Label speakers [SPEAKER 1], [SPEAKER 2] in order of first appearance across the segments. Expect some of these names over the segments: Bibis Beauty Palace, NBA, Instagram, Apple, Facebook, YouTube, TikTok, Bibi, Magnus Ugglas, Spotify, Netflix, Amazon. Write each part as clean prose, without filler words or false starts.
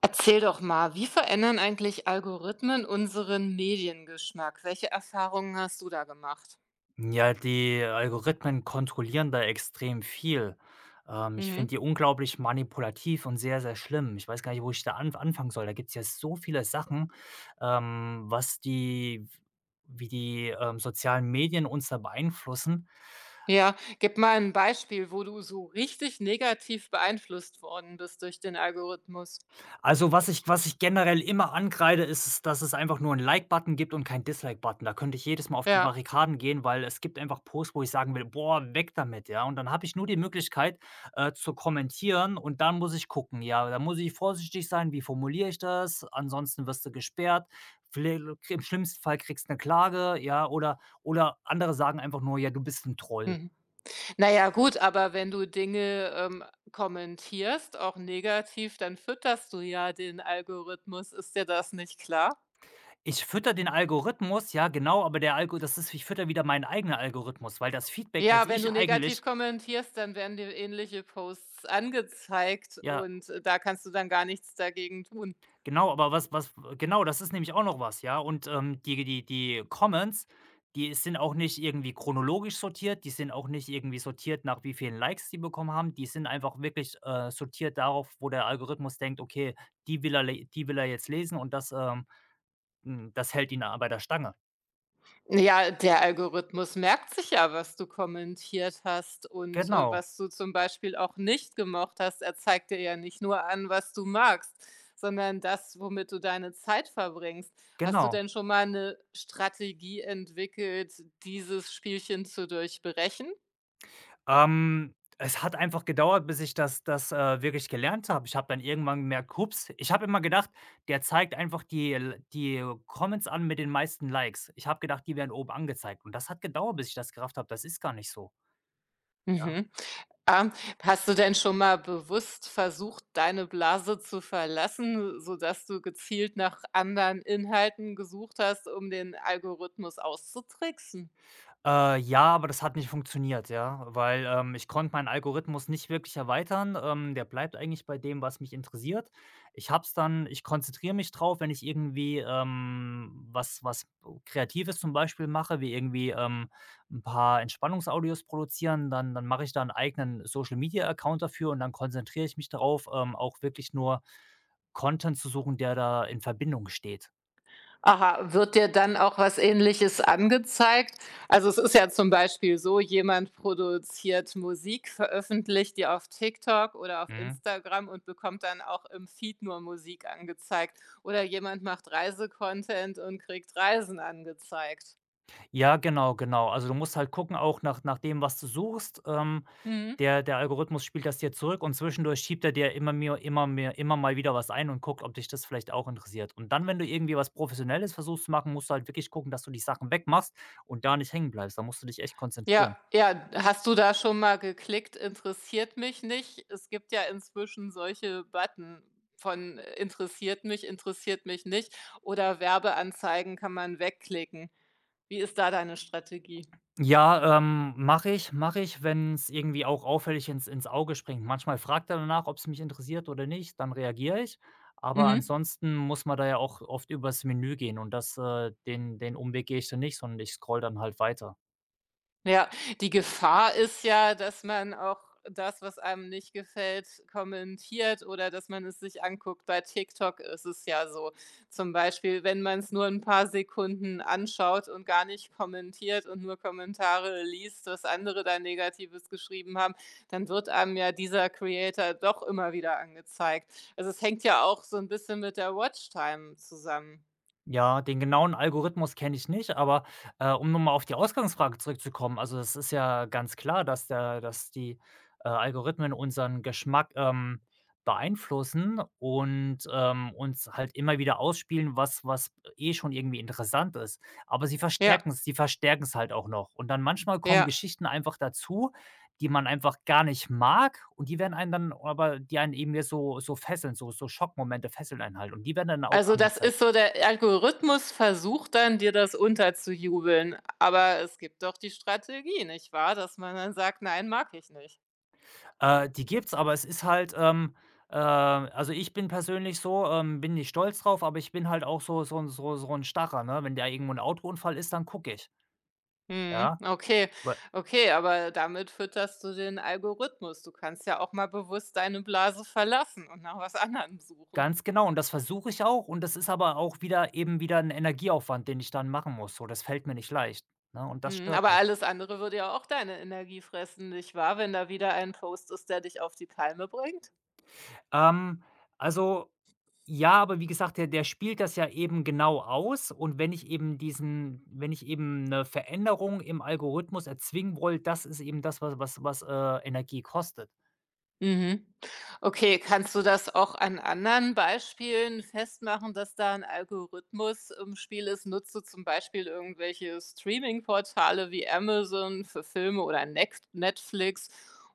[SPEAKER 1] Erzähl doch mal, wie verändern eigentlich Algorithmen unseren Mediengeschmack? Welche Erfahrungen hast du da gemacht?
[SPEAKER 2] Ja, die Algorithmen kontrollieren da extrem viel. Ich finde
[SPEAKER 1] Mhm.
[SPEAKER 2] die unglaublich manipulativ und sehr, sehr schlimm. Ich weiß gar nicht, wo ich da anfangen soll. Da gibt's ja so viele Sachen, was die wie die, sozialen Medien uns da beeinflussen.
[SPEAKER 1] Ja, gib mal ein Beispiel, wo du so richtig negativ beeinflusst worden bist durch den Algorithmus.
[SPEAKER 2] Also, was ich generell immer ankreide, ist es, dass es einfach nur 'n Like-Button gibt und keinen Dislike-Button. Da könnte ich jedes Mal auf die
[SPEAKER 1] Ja.
[SPEAKER 2] Barrikaden gehen, weil es gibt einfach Posts, wo ich sagen will: „Boah, weg damit", ja? Und dann habe ich nur die Möglichkeit, zu kommentieren und dann muss ich gucken, ja, da muss ich vorsichtig sein, wie formuliere ich das? Ansonsten wirst du gesperrt. Viellel Im schlimmsten Fall kriegst du eine Klage, ja, oder andere sagen einfach nur: „Ja, du bist ein Troll."
[SPEAKER 1] Mhm. Na ja, gut, aber wenn du Dinge, kommentierst, auch negativ, dann fütterst du ja den Algorithmus. Ist dir das nicht klar?
[SPEAKER 2] Ich fütter den Algorithmus, ja genau, aber der Algo das ist ich fütter wieder meinen eigenen Algorithmus, weil das Feedback, das
[SPEAKER 1] Ja, wenn du
[SPEAKER 2] ich
[SPEAKER 1] negativ
[SPEAKER 2] eigentlich,
[SPEAKER 1] kommentierst, dann werden dir ähnliche Posts angezeigt
[SPEAKER 2] ja,
[SPEAKER 1] und, da kannst du dann gar nichts dagegen tun.
[SPEAKER 2] genau, aber was genau, das ist nämlich auch noch was, ja? Und, die Comments, die sind auch nicht irgendwie chronologisch sortiert, die sind auch nicht irgendwie sortiert nach wie vielen Likes die bekommen haben. Die sind einfach wirklich, sortiert darauf, wo der Algorithmus denkt: „Okay, die will er jetzt lesen und das hält ihn, bei der Stange."
[SPEAKER 1] Ja, der Algorithmus merkt sich ja, was du kommentiert hast und,
[SPEAKER 2] Genau,
[SPEAKER 1] was du zum Beispiel auch nicht gemocht hast. Er zeigt dir ja nicht nur an, was du magst, sondern das, womit du deine Zeit verbringst. Hast du
[SPEAKER 2] genau.
[SPEAKER 1] denn schon mal eine Strategie entwickelt, dieses Spielchen zu durchbrechen?
[SPEAKER 2] Es hat einfach gedauert, bis ich das wirklich gelernt habe. Ich habe dann irgendwann gemerkt: „Ups", ich habe immer gedacht, der zeigt einfach die Comments an mit den meisten Likes. Ich habe gedacht, die werden oben angezeigt und das hat gedauert, bis ich das gerafft habe. Das ist gar nicht so, ja.
[SPEAKER 1] Mhm. Ähm, hast du denn schon mal bewusst versucht, deine Blase zu verlassen, sodass du gezielt nach anderen Inhalten gesucht hast, um den Algorithmus auszutricksen?
[SPEAKER 2] Ja, aber das hat nicht funktioniert, ja, weil, ich konnte meinen Algorithmus nicht wirklich erweitern. Der bleibt eigentlich bei dem, was mich interessiert. Ich hab's dann Ich konzentriere mich drauf, wenn ich irgendwie, was Kreatives zum Beispiel mache, wie irgendwie, 'n paar Entspannungsaudios produzieren, dann mache ich da 'n eigenen Social-Media-Account dafür und dann konzentriere ich mich darauf, auch wirklich nur Content zu suchen, der da in Verbindung steht.
[SPEAKER 1] Aha, wird dir dann auch was Ähnliches angezeigt? Also es ist ja zum Beispiel so, jemand produziert Musik, veröffentlicht die auf TikTok oder auf
[SPEAKER 2] Mhm.
[SPEAKER 1] Instagram und bekommt dann auch im Feed nur Musik angezeigt. Oder jemand macht Reisecontent und kriegt Reisen angezeigt.
[SPEAKER 2] Ja, genau, genau. Also, du musst halt gucken auch nach dem, was du suchst.
[SPEAKER 1] Mhm.
[SPEAKER 2] Der Algorithmus spielt das dir zurück und zwischendurch schiebt er dir immer mehr, immer mal wieder was ein und guckt, ob dich das vielleicht auch interessiert. Und dann, wenn du irgendwie was Professionelles versuchst zu machen, musst du halt wirklich gucken, dass du die Sachen wegmachst und da nicht hängen bleibst. Da musst du dich echt
[SPEAKER 1] Ja,
[SPEAKER 2] konzentrieren.
[SPEAKER 1] ja, hast du da schon mal geklickt, interessiert mich nicht? Es gibt ja inzwischen solche Button von interessiert mich nicht oder Werbeanzeigen kann man wegklicken. Wie ist da deine Strategie?
[SPEAKER 2] Ja, mache ich, wenn es irgendwie auch auffällig ins Auge springt. Manchmal fragt er danach, ob es mich interessiert oder nicht, dann reagiere ich. Aber
[SPEAKER 1] Mhm.
[SPEAKER 2] ansonsten muss man da ja auch oft übers Menü gehen und den Umweg gehe ich dann nicht, sondern ich scroll dann halt weiter.
[SPEAKER 1] Ja, die Gefahr ist ja, dass man auch das, was einem nicht gefällt, kommentiert oder dass man es sich anguckt. Bei TikTok ist es ja so. Zum Beispiel, wenn man es nur ein paar Sekunden anschaut und gar nicht kommentiert und nur Kommentare liest, was andere da Negatives geschrieben haben, dann wird einem ja dieser Creator doch immer wieder angezeigt. Also, es hängt ja auch so ein bisschen mit der Watchtime zusammen.
[SPEAKER 2] Ja, den genauen Algorithmus kenne ich nicht, aber, um noch mal auf die Ausgangsfrage zurückzukommen, also, das ist ja ganz klar, dass der dass die, Algorithmen unseren Geschmack, beeinflussen und, uns halt immer wieder ausspielen, was eh schon irgendwie interessant ist. Aber
[SPEAKER 1] Ja,
[SPEAKER 2] sie verstärken es halt auch noch. Und dann manchmal kommen
[SPEAKER 1] ja.
[SPEAKER 2] Geschichten einfach dazu, die man einfach gar nicht mag und die werden einen dann aber die einen eben jetzt so fesseln, so Schockmomente fesseln einen halt und die werden dann auch
[SPEAKER 1] Also, das
[SPEAKER 2] angezeigt.
[SPEAKER 1] ist so der Algorithmus versucht dann, dir das unterzujubeln, aber es gibt doch die Strategie, nicht wahr? Dass man dann sagt: „Nein, mag ich nicht.“
[SPEAKER 2] Die gibt's, aber es ist halt, also, ich bin persönlich so, bin nicht stolz drauf, aber ich bin halt auch so 'n Starrer, ne? Wenn da irgendwo 'n Autounfall ist, dann gucke ich,
[SPEAKER 1] Mhm,
[SPEAKER 2] ja?
[SPEAKER 1] okay,
[SPEAKER 2] Wei
[SPEAKER 1] okay, aber damit fütterst du den Algorithmus. Du kannst ja auch mal bewusst deine Blase verlassen und nach was anderem suchen.
[SPEAKER 2] Ganz genau und das versuche ich auch und das ist aber auch wieder eben wieder 'n Energieaufwand, den ich dann machen muss, so. Das fällt mir nicht leicht, ne? Und das
[SPEAKER 1] Mhm,
[SPEAKER 2] stört
[SPEAKER 1] aber
[SPEAKER 2] mich.
[SPEAKER 1] alles andere würde ja auch deine Energie fressen, nicht wahr, wenn da wieder ein Post ist, der dich auf die Palme bringt?
[SPEAKER 2] Ähm, also, ja, aber wie gesagt, der spielt das ja eben genau aus und wenn ich eben diesen wenn ich eben eine Veränderung im Algorithmus erzwingen will, das ist eben das, was Energie kostet.
[SPEAKER 1] Mhm. Okay, kannst du das auch an anderen Beispielen festmachen, dass da ein Algorithmus im Spiel ist? Nutzt du zum Beispiel irgendwelche Streaming-Portale wie Amazon für Filme oder Next Netflix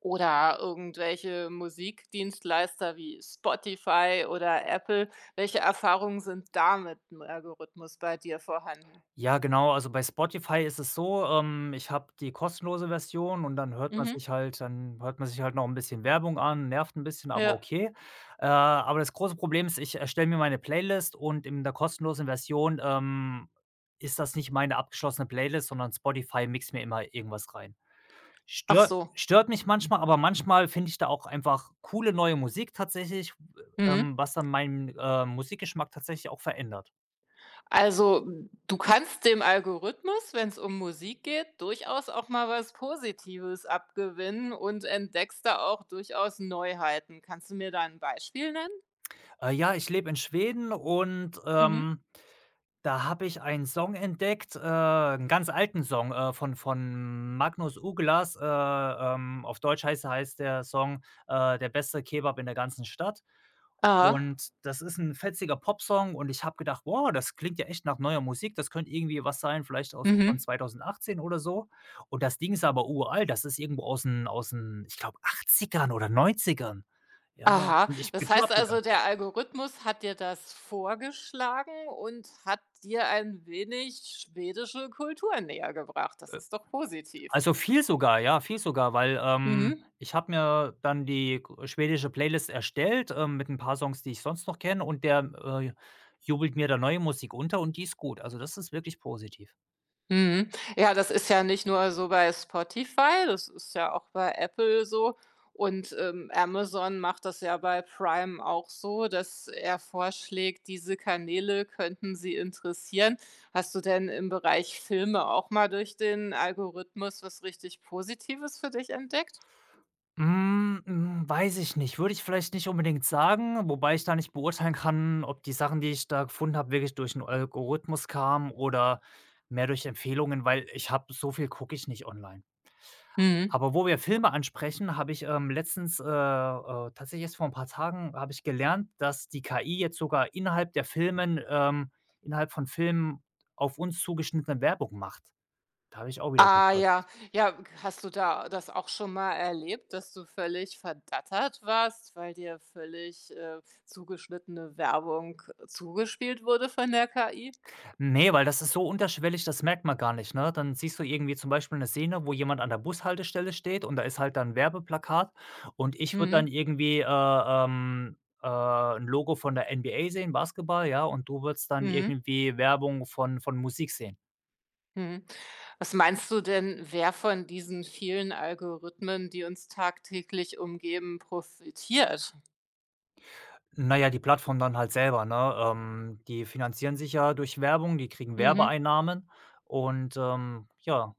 [SPEAKER 1] oder irgendwelche Musikdienstleister wie Spotify oder Apple? Welche Erfahrungen sind da mit 'm Algorithmus bei dir vorhanden?
[SPEAKER 2] Ja, genau. Also, bei Spotify ist es so, ich habe die kostenlose Version und dann hört man
[SPEAKER 1] Mhm.
[SPEAKER 2] sich halt dann hört man sich halt noch ein bisschen Werbung an, nervt ein bisschen, aber
[SPEAKER 1] Ja.
[SPEAKER 2] okay. Aber das große Problem ist, ich erstelle mir meine Playlist und in der kostenlosen Version, ist das nicht meine abgeschlossene Playlist, sondern Spotify mixt mir immer irgendwas rein.
[SPEAKER 1] Ach
[SPEAKER 2] Stört
[SPEAKER 1] so.
[SPEAKER 2] stört mich manchmal, aber manchmal finde ich da auch einfach coole neue Musik tatsächlich,
[SPEAKER 1] Mhm.
[SPEAKER 2] was dann meinen, Musikgeschmack tatsächlich auch verändert.
[SPEAKER 1] Also, du kannst dem Algorithmus, wenn es um Musik geht, durchaus auch mal was Positives abgewinnen und entdeckst da auch durchaus Neuheiten. Kannst du mir da ein Beispiel nennen?
[SPEAKER 2] Ja, ich lebe in Schweden und,
[SPEAKER 1] Mhm.
[SPEAKER 2] da habe ich einen Song entdeckt, 'n ganz alten Song, von Magnus Ugglas. Auf Deutsch heißt der Song: „Der beste Kebab in der ganzen Stadt."
[SPEAKER 1] Aha.
[SPEAKER 2] Und das ist ein fetziger Popsong und ich habe gedacht: „Wow, das klingt ja echt nach neuer Musik. Das könnte irgendwie was sein, vielleicht auch so von
[SPEAKER 1] Mhm.
[SPEAKER 2] 2018 oder so." Und das Ding ist aber uralt. Das ist irgendwo aus den, ich glaube, Achtzigern oder Neunzigern. Ja,
[SPEAKER 1] Aha.
[SPEAKER 2] und ich
[SPEAKER 1] Das
[SPEAKER 2] bin schon
[SPEAKER 1] heißt also,
[SPEAKER 2] abgegangen.
[SPEAKER 1] der Algorithmus hat dir das vorgeschlagen und hat dir ein wenig schwedische Kultur nähergebracht. Das ist doch positiv.
[SPEAKER 2] Also, viel sogar, ja, viel sogar, weil,
[SPEAKER 1] Mhm.
[SPEAKER 2] ich habe mir dann die g schwedische Playlist erstellt, mit ein paar Songs, die ich sonst noch kenne und der, äh, jubelt mir da neue Musik unter und die ist gut. Also, das ist wirklich positiv.
[SPEAKER 1] Mhm. Ja, das ist ja nicht nur so bei Spotify, das ist ja auch bei Apple so. Und, Amazon macht das ja bei Prime auch so, dass er vorschlägt, diese Kanäle könnten Sie interessieren. Hast du denn im Bereich Filme auch mal durch den Algorithmus was richtig Positives für dich entdeckt?
[SPEAKER 2] Weiß ich nicht. Würde ich vielleicht nicht unbedingt sagen, wobei ich da nicht beurteilen kann, ob die Sachen, die ich da gefunden habe, wirklich durch einen Algorithmus kamen oder mehr durch Empfehlungen, weil ich habe so viel gucke ich nicht online.
[SPEAKER 1] Mhm.
[SPEAKER 2] Aber wo wir Filme ansprechen, habe ich, letztens, tatsächlich erst vor ein paar Tagen habe ich gelernt, dass die KI jetzt sogar innerhalb von Filmen auf uns zugeschnittene Werbung macht. Da habe ich auch wieder
[SPEAKER 1] Ah
[SPEAKER 2] gehört.
[SPEAKER 1] ja, ja, hast du da das auch schon mal erlebt, dass du völlig verdattert warst, weil dir völlig, zugeschnittene Werbung zugespielt wurde von der KI?
[SPEAKER 2] Ne, weil das ist so unterschwellig, das merkt man gar nicht, ne? Dann siehst du irgendwie zum Beispiel eine Szene, wo jemand an der Bushaltestelle steht und da ist halt dann Werbeplakat und ich würde dann
[SPEAKER 1] Mhm,
[SPEAKER 2] irgendwie, ähm, 'n Logo von der NBA sehen, Basketball, ja, und du würdest dann
[SPEAKER 1] mhm,
[SPEAKER 2] irgendwie Werbung von Musik sehen.
[SPEAKER 1] mhm. Was meinst du denn, wer von diesen vielen Algorithmen, die uns tagtäglich umgeben, profitiert?
[SPEAKER 2] Na ja, die Plattform dann halt selber, ne? Die finanzieren sich ja durch Werbung, die kriegen
[SPEAKER 1] Mhm.
[SPEAKER 2] Werbeeinnahmen und, ja,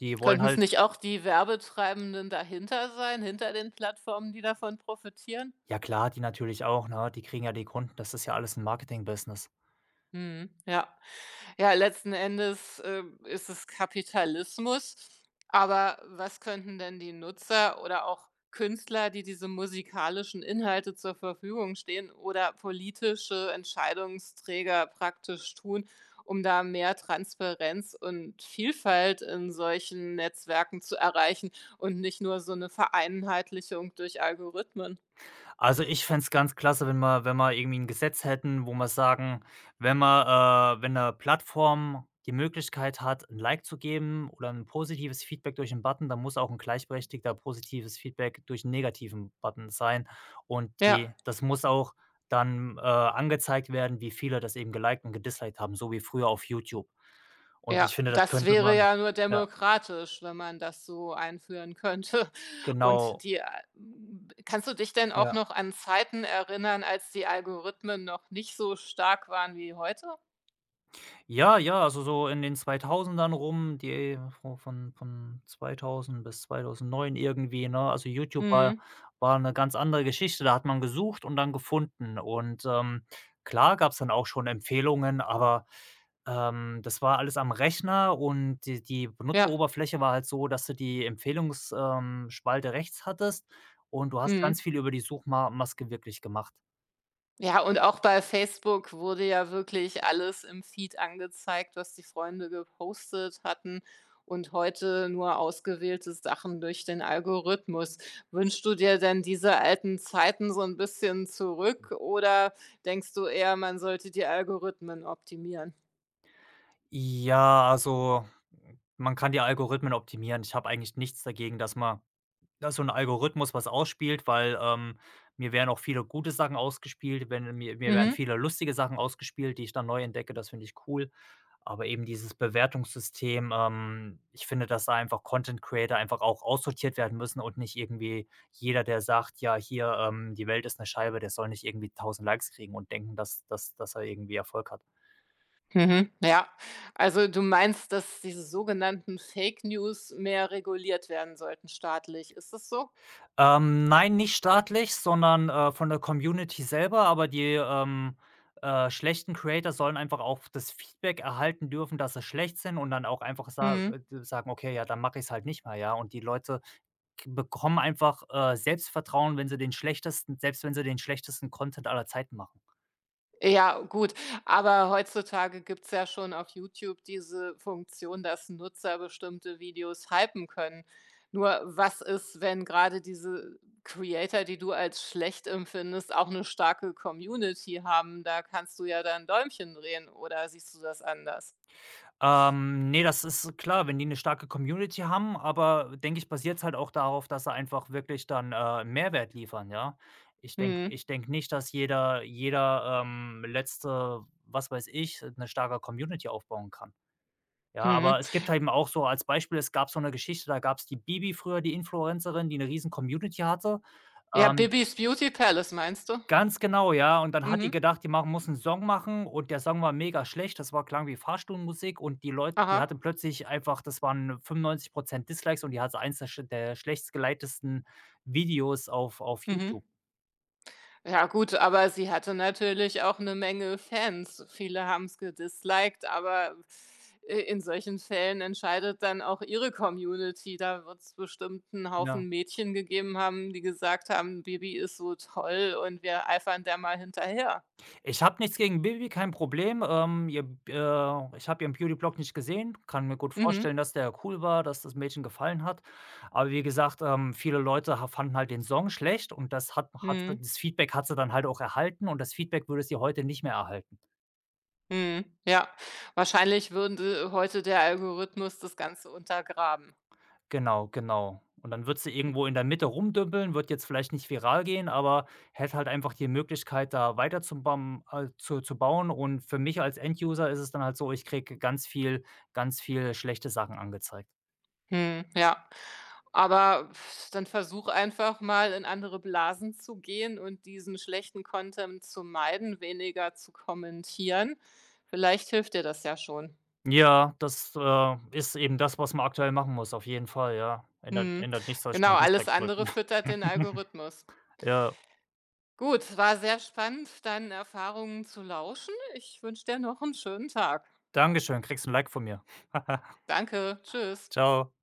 [SPEAKER 2] die wollen
[SPEAKER 1] Könnten es
[SPEAKER 2] halt.
[SPEAKER 1] nicht auch die Werbetreibenden dahinter sein, hinter den Plattformen, die davon profitieren?
[SPEAKER 2] Ja klar, die natürlich auch, ne? Die kriegen ja die Kunden, das ist ja alles ein Marketing-Business.
[SPEAKER 1] Mhm, ja. Ja, letzten Endes, ist es Kapitalismus. Aber was könnten denn die Nutzer oder auch Künstler, die diese musikalischen Inhalte zur Verfügung stehen oder politische Entscheidungsträger praktisch tun, um da mehr Transparenz und Vielfalt in solchen Netzwerken zu erreichen und nicht nur so eine Vereinheitlichung durch Algorithmen?
[SPEAKER 2] Also, ich fände es ganz klasse, wenn wir irgendwie ein Gesetz hätten, wo wir sagen, wenn eine Plattform die Möglichkeit hat, ein Like zu geben oder ein positives Feedback durch einen Button, dann muss auch ein gleichberechtigter positives Feedback durch einen negativen Button sein. Und
[SPEAKER 1] Ja.
[SPEAKER 2] die das muss auch dann, angezeigt werden, wie viele das eben geliked und gedisliked haben, so wie früher auf YouTube. Und
[SPEAKER 1] Ja,
[SPEAKER 2] ich finde, das
[SPEAKER 1] das
[SPEAKER 2] könnte
[SPEAKER 1] wäre
[SPEAKER 2] man.
[SPEAKER 1] ja nur
[SPEAKER 2] Ja,
[SPEAKER 1] demokratisch, wenn man das so einführen könnte.
[SPEAKER 2] genau,
[SPEAKER 1] Kannst du dich denn auch
[SPEAKER 2] ja.
[SPEAKER 1] noch an Zeiten erinnern, als die Algorithmen noch nicht so stark waren wie heute?
[SPEAKER 2] Ja, ja, also so in den 2000ern rum, die vo von 2000 bis 2009 irgendwie, ne? Also, YouTube war
[SPEAKER 1] Mhm.
[SPEAKER 2] war eine ganz andere Geschichte. Da hat man gesucht und dann gefunden und, klar gab's dann auch schon Empfehlungen, aber, das war alles am Rechner und die
[SPEAKER 1] Ja.
[SPEAKER 2] Benutzeroberfläche war halt so, dass du die Empfehlungsspalte rechts hattest und du hast ganz
[SPEAKER 1] Mhm.
[SPEAKER 2] viel über die Suchmaske wirklich gemacht.
[SPEAKER 1] Ja, und auch bei Facebook wurde ja wirklich alles im Feed angezeigt, was die Freunde gepostet hatten und heute nur ausgewählte Sachen durch den Algorithmus. Wünschst du dir denn diese alten Zeiten so ein bisschen zurück oder denkst du eher, man sollte die Algorithmen optimieren?
[SPEAKER 2] Ja, also, man kann die Algorithmen optimieren. Ich habe eigentlich nichts dagegen, dass so ein Algorithmus was ausspielt, weil, mir werden auch viele gute Sachen ausgespielt, wenn mir mir werden
[SPEAKER 1] Mhm.
[SPEAKER 2] viele lustige Sachen ausgespielt, die ich dann neu entdecke, das finde ich cool. Aber eben dieses Bewertungssystem, ich finde, dass da einfach Content Creator einfach auch aussortiert werden müssen und nicht irgendwie jeder, der sagt: „Ja, hier, die Welt ist eine Scheibe", der soll nicht irgendwie tausend Likes kriegen und denken, dass er irgendwie Erfolg hat.
[SPEAKER 1] Mhm. Ja. Also, du meinst, dass diese sogenannten Fake News mehr reguliert werden sollten staatlich. Ist das so?
[SPEAKER 2] Nein, nicht staatlich, sondern, von der Community selber, aber die, schlechten Creator sollen einfach auch das Feedback erhalten dürfen, dass sie schlecht sind und dann auch einfach sa
[SPEAKER 1] Mhm.
[SPEAKER 2] sagen: „Okay, ja, dann mache ich es halt nicht mehr", ja? Und die Leute k bekommen einfach, Selbstvertrauen, wenn sie den schlechtesten selbst wenn sie den schlechtesten Content aller Zeiten machen.
[SPEAKER 1] Ja, gut, aber heutzutage gibt's ja schon auf YouTube diese Funktion, dass Nutzer bestimmte Videos hypen können. Nur was ist, wenn gerade diese Creator, die du als schlecht empfindest, auch eine starke Community haben? Da kannst du ja dann Däumchen drehen oder siehst du das anders?
[SPEAKER 2] Ne, das ist klar, wenn die eine starke Community haben, aber denke ich, basiert es halt auch darauf, dass sie einfach wirklich dann, Mehrwert liefern, ja? Ich denke
[SPEAKER 1] Mhm,
[SPEAKER 2] ich denke nicht, dass jeder, letzte, was weiß ich, eine starke Community aufbauen kann. Ja,
[SPEAKER 1] mhm.
[SPEAKER 2] aber es gibt halt eben auch so als Beispiel, es gab so eine Geschichte, da gab es die Bibi früher, die Influencerin, die eine riesen Community hatte.
[SPEAKER 1] Ja,
[SPEAKER 2] Ähm
[SPEAKER 1] Bibis Beauty Palace meinst du?
[SPEAKER 2] Ganz genau, ja. Und dann hat die
[SPEAKER 1] Mhm.
[SPEAKER 2] gedacht, die machen muss 'n Song machen und der Song war mega schlecht. Das war klang wie Fahrstuhlmusik und die Leute, die hatte
[SPEAKER 1] Aha.
[SPEAKER 2] plötzlich einfach das waren 95 Dislikes und die hatte eins der schlechtst gelikedesten Videos auf
[SPEAKER 1] Mhm.
[SPEAKER 2] YouTube,
[SPEAKER 1] Ja gut, aber sie hatte natürlich auch 'ne Menge Fans. Viele haben's gedisliked, aber i in solchen Fällen entscheidet dann auch ihre Community. Da wird's bestimmt 'n
[SPEAKER 2] ja.
[SPEAKER 1] Haufen Mädchen gegeben haben, die gesagt haben: „Bibi ist so toll und wir eifern der mal hinterher.“
[SPEAKER 2] Ich habe nichts gegen Bibi, kein Problem. Ihr b Ich habe ihren Beauty-Blog nicht gesehen, kann mir gut
[SPEAKER 1] Mhm.
[SPEAKER 2] vorstellen, dass der cool war, dass das Mädchen gefallen hat. Aber wie gesagt, viele Leute ha fanden halt den Song schlecht und
[SPEAKER 1] Mhm.
[SPEAKER 2] das Feedback hat sie dann halt auch erhalten und das Feedback würde sie heute nicht mehr erhalten.
[SPEAKER 1] Mhm. Ja. Wahrscheinlich würde heute der Algorithmus das Ganze untergraben.
[SPEAKER 2] Genau, genau. Und dann wird sie irgendwo in der Mitte rumdümpeln, wird jetzt vielleicht nicht viral gehen, aber hätte halt einfach die Möglichkeit, da weiter zu bam zu bauen. Und für mich als Enduser ist es dann halt so, ich kriege ganz viel schlechte Sachen angezeigt.
[SPEAKER 1] Mhm, ja. Aber pf, dann versuch einfach mal, in andere Blasen zu gehen und diesen schlechten Content zu meiden, weniger zu kommentieren. Vielleicht hilft dir das ja schon.
[SPEAKER 2] Ja, das, ist eben das, was man aktuell machen muss, auf jeden Fall, ja. Ändert
[SPEAKER 1] Mhm.
[SPEAKER 2] ändert nichts, dass ich
[SPEAKER 1] Genau,
[SPEAKER 2] mein
[SPEAKER 1] alles
[SPEAKER 2] Dislike drücke.
[SPEAKER 1] andere füttert den Algorithmus.
[SPEAKER 2] Ja,
[SPEAKER 1] Gut, es war sehr spannend, deinen Erfahrungen zu lauschen. Ich wünsche dir noch einen schönen Tag.
[SPEAKER 2] danke schön, kriegst ein Like von mir.
[SPEAKER 1] Danke, tschüss.
[SPEAKER 2] Ciao.